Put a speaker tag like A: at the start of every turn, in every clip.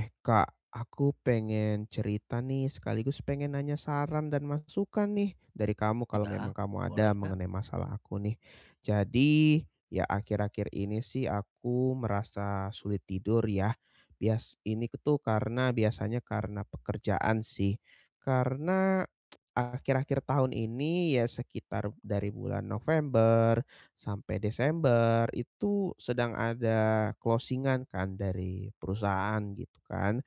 A: Eh Kak, aku pengen cerita nih sekaligus pengen nanya saran dan masukan nih dari kamu kalau
B: Iya,
A: memang kamu
B: boleh
A: ada
B: Kak.
A: mengenai masalah aku nih. Jadi ya akhir-akhir ini sih aku merasa sulit tidur ya. Bias ini tuh karena biasanya karena pekerjaan sih. Karena akhir-akhir tahun ini ya sekitar dari bulan November sampai Desember itu sedang ada closingan kan dari perusahaan gitu kan.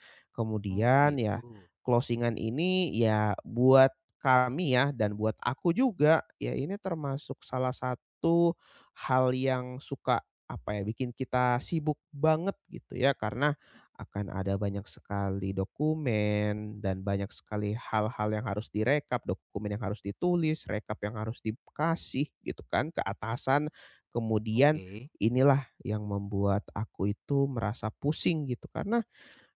B: Oh
A: Kemudian
B: gitu.
A: ya closingan ini ya buat kami ya dan buat aku juga ya ini termasuk salah satu hal yang suka apa ya bikin kita sibuk banget gitu ya karena akan ada banyak sekali dokumen dan banyak sekali hal-hal yang harus direkap, dokumen yang harus ditulis, rekap yang harus dikasih gitu kan ke atasan. Kemudian
B: Oke.
A: inilah yang membuat aku itu merasa pusing gitu karena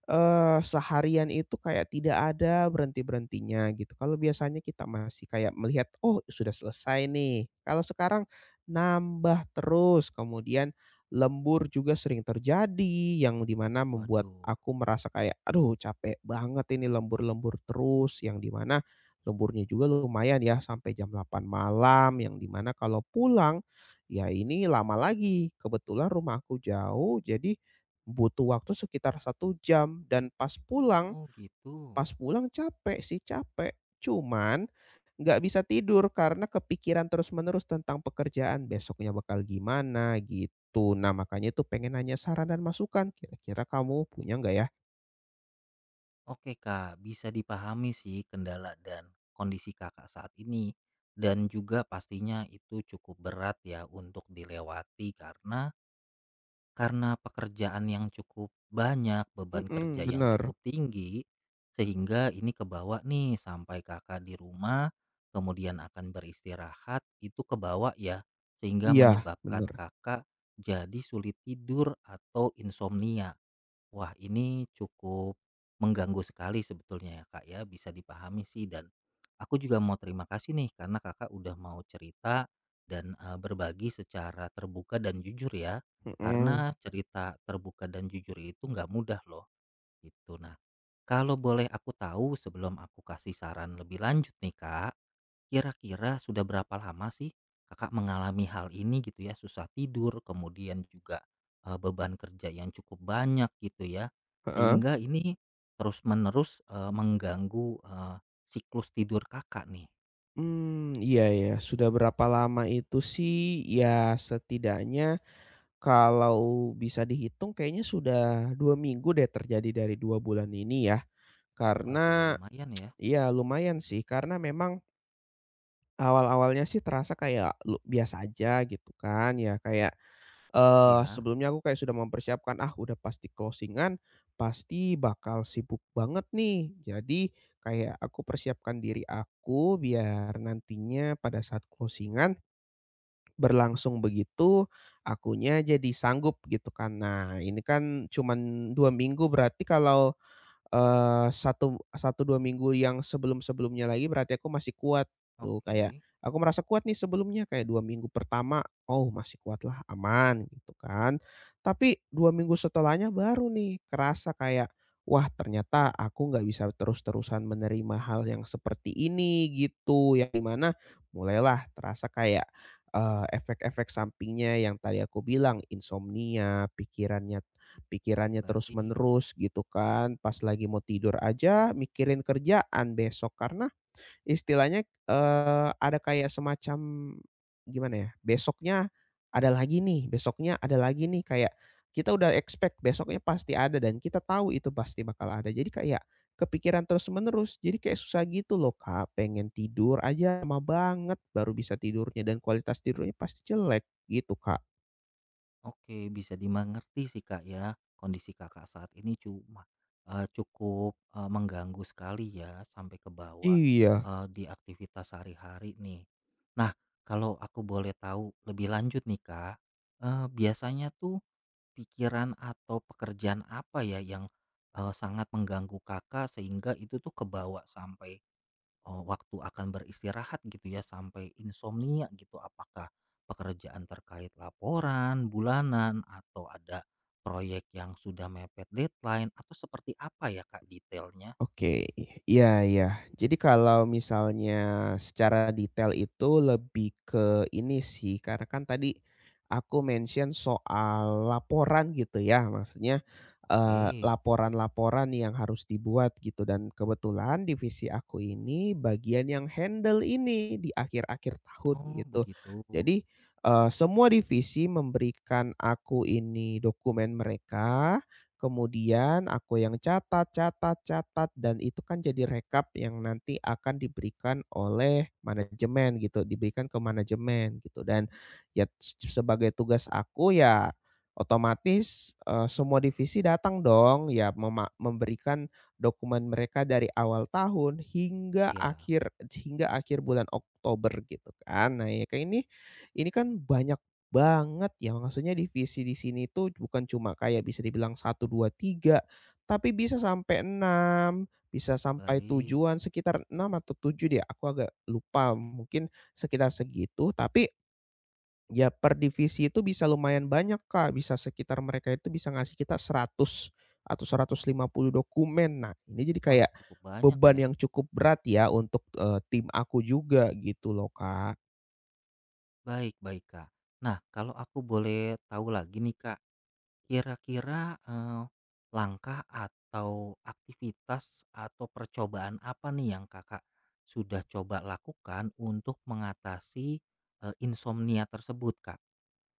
A: seharian itu kayak tidak ada berhenti-berhentinya gitu. Kalau biasanya kita masih kayak melihat, "Oh sudah selesai nih." Kalau sekarang nambah terus, kemudian lembur juga sering terjadi, yang dimana membuat
B: Waduh.
A: aku merasa kayak, "Aduh capek banget ini lembur-lembur terus." Yang dimana lemburnya juga lumayan ya sampai jam 8 malam, yang dimana kalau pulang, ya ini lama lagi. Kebetulan rumah aku jauh, jadi butuh waktu sekitar 1 jam dan pas pulang
B: Oh gitu.
A: capek sih, capek. Cuman nggak bisa tidur karena kepikiran terus-menerus tentang pekerjaan, besoknya bakal gimana gitu. Nah, makanya itu pengen nanya saran dan masukan, kira-kira kamu punya nggak ya?
B: Oke Kak, bisa dipahami sih kendala dan kondisi Kakak saat ini dan juga pastinya itu cukup berat ya untuk dilewati karena pekerjaan yang cukup banyak, beban kerja
A: Mhm,
B: yang
A: bener.
B: cukup tinggi, sehingga ini kebawa nih sampai Kakak di rumah, kemudian akan beristirahat, itu kebawa ya, sehingga
A: Iya,
B: menyebabkan
A: bener.
B: Kakak jadi sulit tidur atau insomnia. Wah, ini cukup mengganggu sekali sebetulnya ya, Kak, ya. Bisa dipahami sih dan aku juga mau terima kasih nih karena Kakak udah mau cerita dan berbagi secara terbuka dan jujur ya.
A: Mhm,
B: Karena cerita terbuka dan jujur itu nggak mudah loh gitu. Nah, kalau boleh aku tahu sebelum aku kasih saran lebih lanjut nih, Kak. Kira-kira sudah berapa lama sih Kakak mengalami hal ini gitu ya, susah tidur, kemudian juga, beban kerja yang cukup banyak gitu ya,
A: heeh.
B: sehingga ini terus-menerus, mengganggu, siklus tidur Kakak nih?
A: Mmm, iya ya. Sudah berapa lama itu sih, ya setidaknya kalau bisa dihitung kayaknya sudah 2 minggu deh terjadi dari 2 bulan ini ya,
B: Wah sudah
A: karena
B: lumayan ya.
A: ya lumayan sih, karena memang awal-awalnya sih terasa kayak lu biasa aja gitu kan ya, kayak,
B: Ya
A: sebelumnya aku kayak sudah mempersiapkan, "Ah udah pasti closingan pasti bakal sibuk banget nih." Jadi kayak aku persiapkan diri aku biar nantinya pada saat closingan berlangsung begitu, akunya jadi sanggup gitu kan. Nah, ini kan cuman 2 minggu berarti kalau satu satu, 2 minggu yang sebelum-sebelumnya lagi berarti aku masih kuat tuh, kayak
B: oke,
A: aku merasa kuat nih sebelumnya, kayak 2 minggu pertama, "Oh masih kuat lah, aman," gitu kan. Tapi 2 minggu setelahnya baru nih kerasa kayak, "Wah ternyata aku nggak bisa terus-terusan menerima hal yang seperti ini," gitu. Yang dimana mulailah terasa kayak, efek-efek sampingnya yang tadi aku bilang, insomnia, pikirannya pikirannya
B: baik.
A: terus-menerus gitu kan, pas lagi mau tidur aja mikirin kerjaan besok karena istilahnya, ada kayak semacam gimana ya, besoknya ada lagi nih besoknya ada lagi nih, kayak kita udah expect besoknya pasti ada dan kita tahu itu pasti bakal ada. Jadi kayak kepikiran terus-menerus, jadi kayak susah gitu loh, Kak, pengen tidur aja lama banget baru bisa tidurnya dan kualitas tidurnya pasti jelek gitu, Kak.
B: Oke, bisa dimengerti sih Kak ya, kondisi Kakak saat ini cuma cukup, mengganggu sekali ya sampai kebawa,
A: Iya.
B: di aktivitas sehari-hari nih. Nah, kalau aku boleh tahu lebih lanjut nih Kak, biasanya tuh pikiran atau pekerjaan apa ya yang, sangat mengganggu Kakak sehingga itu tuh kebawa sampai waktu akan beristirahat gitu ya sampai insomnia gitu, apakah pekerjaan terkait laporan bulanan atau ada proyek yang sudah mepet deadline atau seperti apa ya, Kak, detailnya?
A: Oke, iya iya. Jadi kalau misalnya secara detail itu lebih ke ini sih, karena kan tadi aku mention soal laporan gitu ya, maksudnya,
B: Oke.
A: laporan-laporan yang harus dibuat gitu dan kebetulan divisi aku ini bagian yang handle ini di akhir-akhir tahun
B: Oh,
A: gitu.
B: begitu.
A: Jadi, semua divisi memberikan aku ini dokumen mereka. Kemudian aku yang catat catat catat dan itu kan jadi rekap yang nanti akan diberikan oleh manajemen gitu, diberikan ke manajemen gitu dan ya sebagai tugas aku ya otomatis, semua divisi datang dong ya memberikan dokumen mereka dari awal tahun
B: Ya
A: hingga akhir bulan Oktober gitu kan. Nah ya kayak ini kan banyak banget ya, maksudnya divisi di sini tuh bukan cuma kayak bisa dibilang satu 2 3 tapi bisa sampai 6 bisa sampai
B: baik.
A: tujuan sekitar 6 atau 7 deh, aku agak lupa, mungkin sekitar segitu. Tapi ya per divisi itu bisa lumayan banyak, Kak, bisa sekitar mereka itu bisa ngasih kita 100 atau 150 dokumen. Nah, ini jadi
B: Wah,
A: kayak
B: cukup banyak
A: beban
B: ya.
A: yang cukup berat ya untuk, tim aku juga gitu loh, Kak.
B: Baik baik, Kak. Nah, kalau aku boleh tahu lagi nih, Kak. Kira-kira, langkah atau aktivitas atau percobaan apa nih yang Kakak sudah coba lakukan untuk mengatasi, insomnia tersebut, Kak?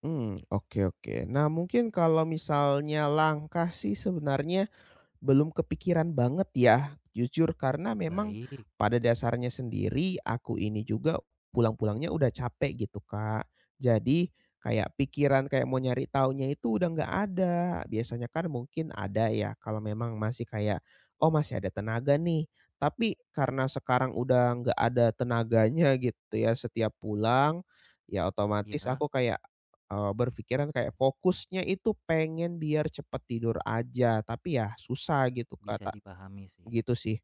A: Hmm, oke oke. Nah, mungkin kalau misalnya langkah sih sebenarnya belum kepikiran banget ya, jujur. Karena memang
B: Baik,
A: pada dasarnya sendiri aku ini juga pulang-pulangnya udah capek gitu, Kak. Jadi kayak pikiran kayak mau nyari taunya itu udah nggak ada. Biasanya kan mungkin ada ya kalau memang masih kayak, "Oh, masih ada tenaga nih." Tapi karena sekarang udah nggak ada tenaganya gitu ya setiap pulang, ya otomatis
B: ya
A: aku kayak berpikiran kayak fokusnya itu pengen biar cepet tidur aja, tapi ya susah gitu,
B: bisa
A: kata
B: dipahami sih.
A: gitu sih.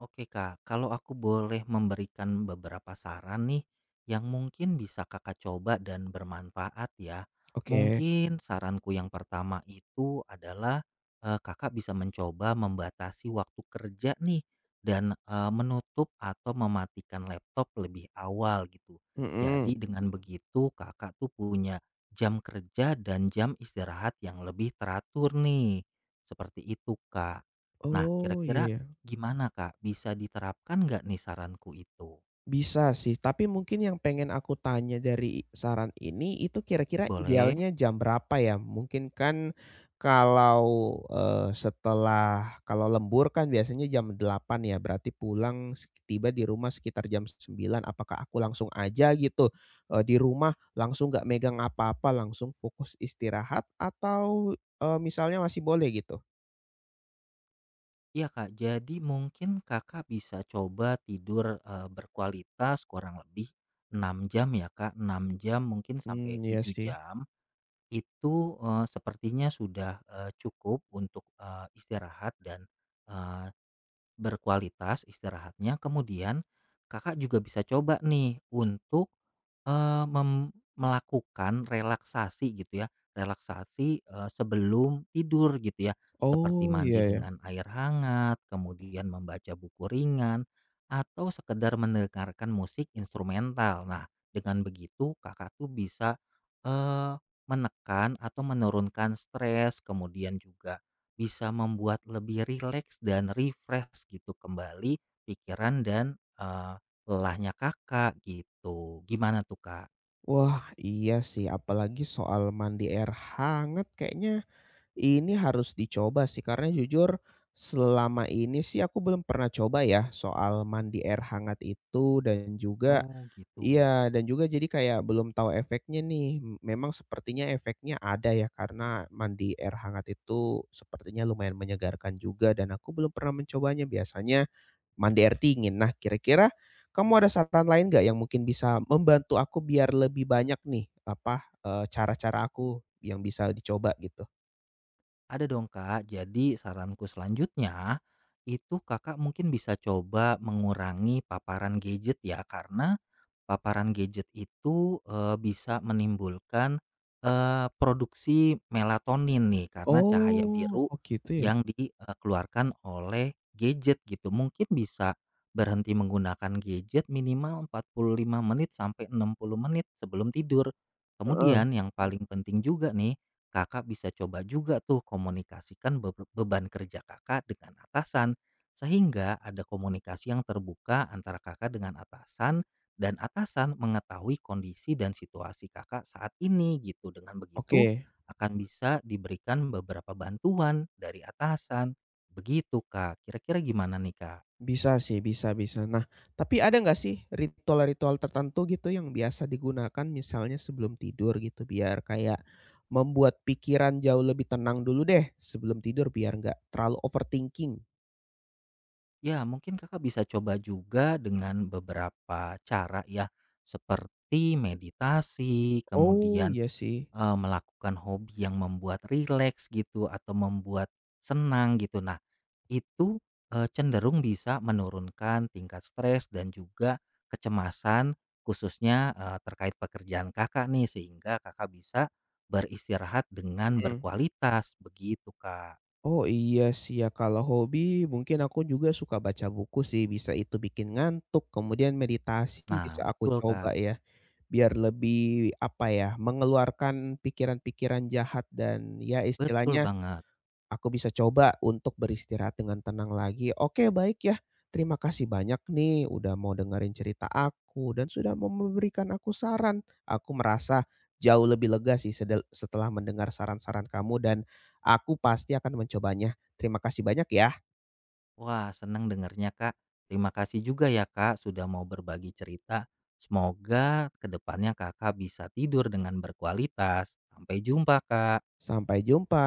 B: Oke Kak, kalau aku boleh memberikan beberapa saran nih yang mungkin bisa Kakak coba dan bermanfaat ya.
A: Oke.
B: Mungkin saranku yang pertama itu adalah Kakak bisa mencoba membatasi waktu kerja nih dan menutup atau mematikan laptop lebih awal gitu.
A: Mhm.
B: Jadi dengan begitu Kakak tuh punya jam kerja dan jam istirahat yang lebih teratur nih. Seperti itu Kak. Nah,
A: Oh,
B: kira-kira
A: iya ya.
B: gimana Kak, bisa diterapkan nggak nih saranku itu?
A: Bisa sih, tapi mungkin yang pengen aku tanya dari saran ini, itu kira-kira
B: Boleh?
A: idealnya jam berapa ya? Mungkin kan kalau, setelah kalau lembur kan biasanya jam 8 ya, berarti pulang tiba di rumah sekitar jam 9. Apakah aku langsung aja gitu, di rumah langsung nggak megang apa-apa, langsung fokus istirahat atau, misalnya masih boleh gitu?
B: Iya Kak, jadi mungkin Kakak bisa coba tidur, berkualitas kurang lebih 6 jam ya Kak, 6 jam mungkin sampai
A: Hmm, iya
B: 7
A: sih.
B: jam, itu, sepertinya sudah, cukup untuk, istirahat dan, berkualitas istirahatnya, kemudian Kakak juga bisa coba nih untuk, eee, mem melakukan relaksasi gitu ya, relaksasi, sebelum tidur gitu ya, seperti
A: Oh,
B: mandi
A: iya ya.
B: dengan air hangat, kemudian membaca buku ringan, atau sekedar mendengarkan musik instrumental. Nah, dengan begitu Kakak tuh bisa, eee, menekan atau menurunkan stres, kemudian juga bisa membuat lebih rileks dan refresh gitu kembali pikiran dan, lelahnya Kakak gitu. Gimana tuh, Kak?
A: Wah, iya sih, apalagi soal mandi air hangat kayaknya ini harus dicoba sih, karena jujur selama ini sih aku belum pernah coba ya soal mandi air hangat itu dan juga
B: Oh gitu.
A: iya, dan juga jadi kayak belum tahu efeknya nih. Memang sepertinya efeknya ada ya karena mandi air hangat itu sepertinya lumayan menyegarkan juga dan aku belum pernah mencobanya. Biasanya mandiri dingin. Nah, kira-kira kamu ada saran lain nggak yang mungkin bisa membantu aku biar lebih banyak nih, apa, cara-cara aku yang bisa dicoba gitu?
B: Ada dong, Kak. Jadi saranku selanjutnya, itu Kakak mungkin bisa coba mengurangi paparan gadget ya, karena paparan gadget itu, bisa menimbulkan, produksi melatonin nih karena cahaya
A: Oh,
B: biru
A: oh gitu ya?
B: yang dikeluarkan oleh gadget gitu. Mungkin bisa berhenti menggunakan gadget minimal 45 menit sampai 60 menit sebelum tidur.
A: Heeh,
B: Kemudian yang paling penting juga nih, Kakak bisa coba juga tuh komunikasikan beban kerja Kakak dengan atasan, sehingga ada komunikasi yang terbuka antara Kakak dengan atasan dan atasan mengetahui kondisi dan situasi Kakak saat ini gitu. Dengan begitu
A: oke.
B: akan bisa diberikan beberapa bantuan dari atasan. Begitu Kak, kira-kira gimana nih Kak?
A: Bisa sih, bisa bisa. Nah, tapi ada nggak sih ritual-ritual tertentu gitu yang biasa digunakan misalnya sebelum tidur gitu, biar kayak membuat pikiran jauh lebih tenang dulu deh sebelum tidur biar nggak terlalu overthinking?
B: Ya mungkin Kakak bisa coba juga dengan beberapa cara ya seperti meditasi,
A: Oh,
B: kemudian
A: iya sih.
B: Melakukan hobi yang membuat rileks gitu atau membuat senang gitu. Nah, itu, cenderung bisa menurunkan tingkat stres dan juga kecemasan khususnya, terkait pekerjaan Kakak nih sehingga Kakak bisa beristirahat dengan
A: Mhm.
B: berkualitas begitu, Kak.
A: Oh iya sih ya, kalau hobi mungkin aku juga suka baca buku sih, bisa itu bikin ngantuk, kemudian meditasi
B: Nah
A: bisa aku
B: betul, Kak.
A: coba ya, biar lebih, apa ya, mengeluarkan pikiran-pikiran jahat dan ya
B: Betul
A: istilahnya
B: banget.
A: aku bisa coba untuk beristirahat dengan tenang lagi. Oke, baik ya. Terima kasih banyak nih udah mau dengerin cerita aku dan sudah mau memberikan aku saran. Aku merasa jauh lebih lega sih setelah mendengar saran-saran kamu dan aku pasti akan mencobanya. Terima kasih banyak ya.
B: Wah, senang dengarnya Kak. Terima kasih juga ya, Kak, sudah mau berbagi cerita. Semoga kedepannya Kakak bisa tidur dengan berkualitas. Sampai jumpa, Kak.
A: Sampai jumpa.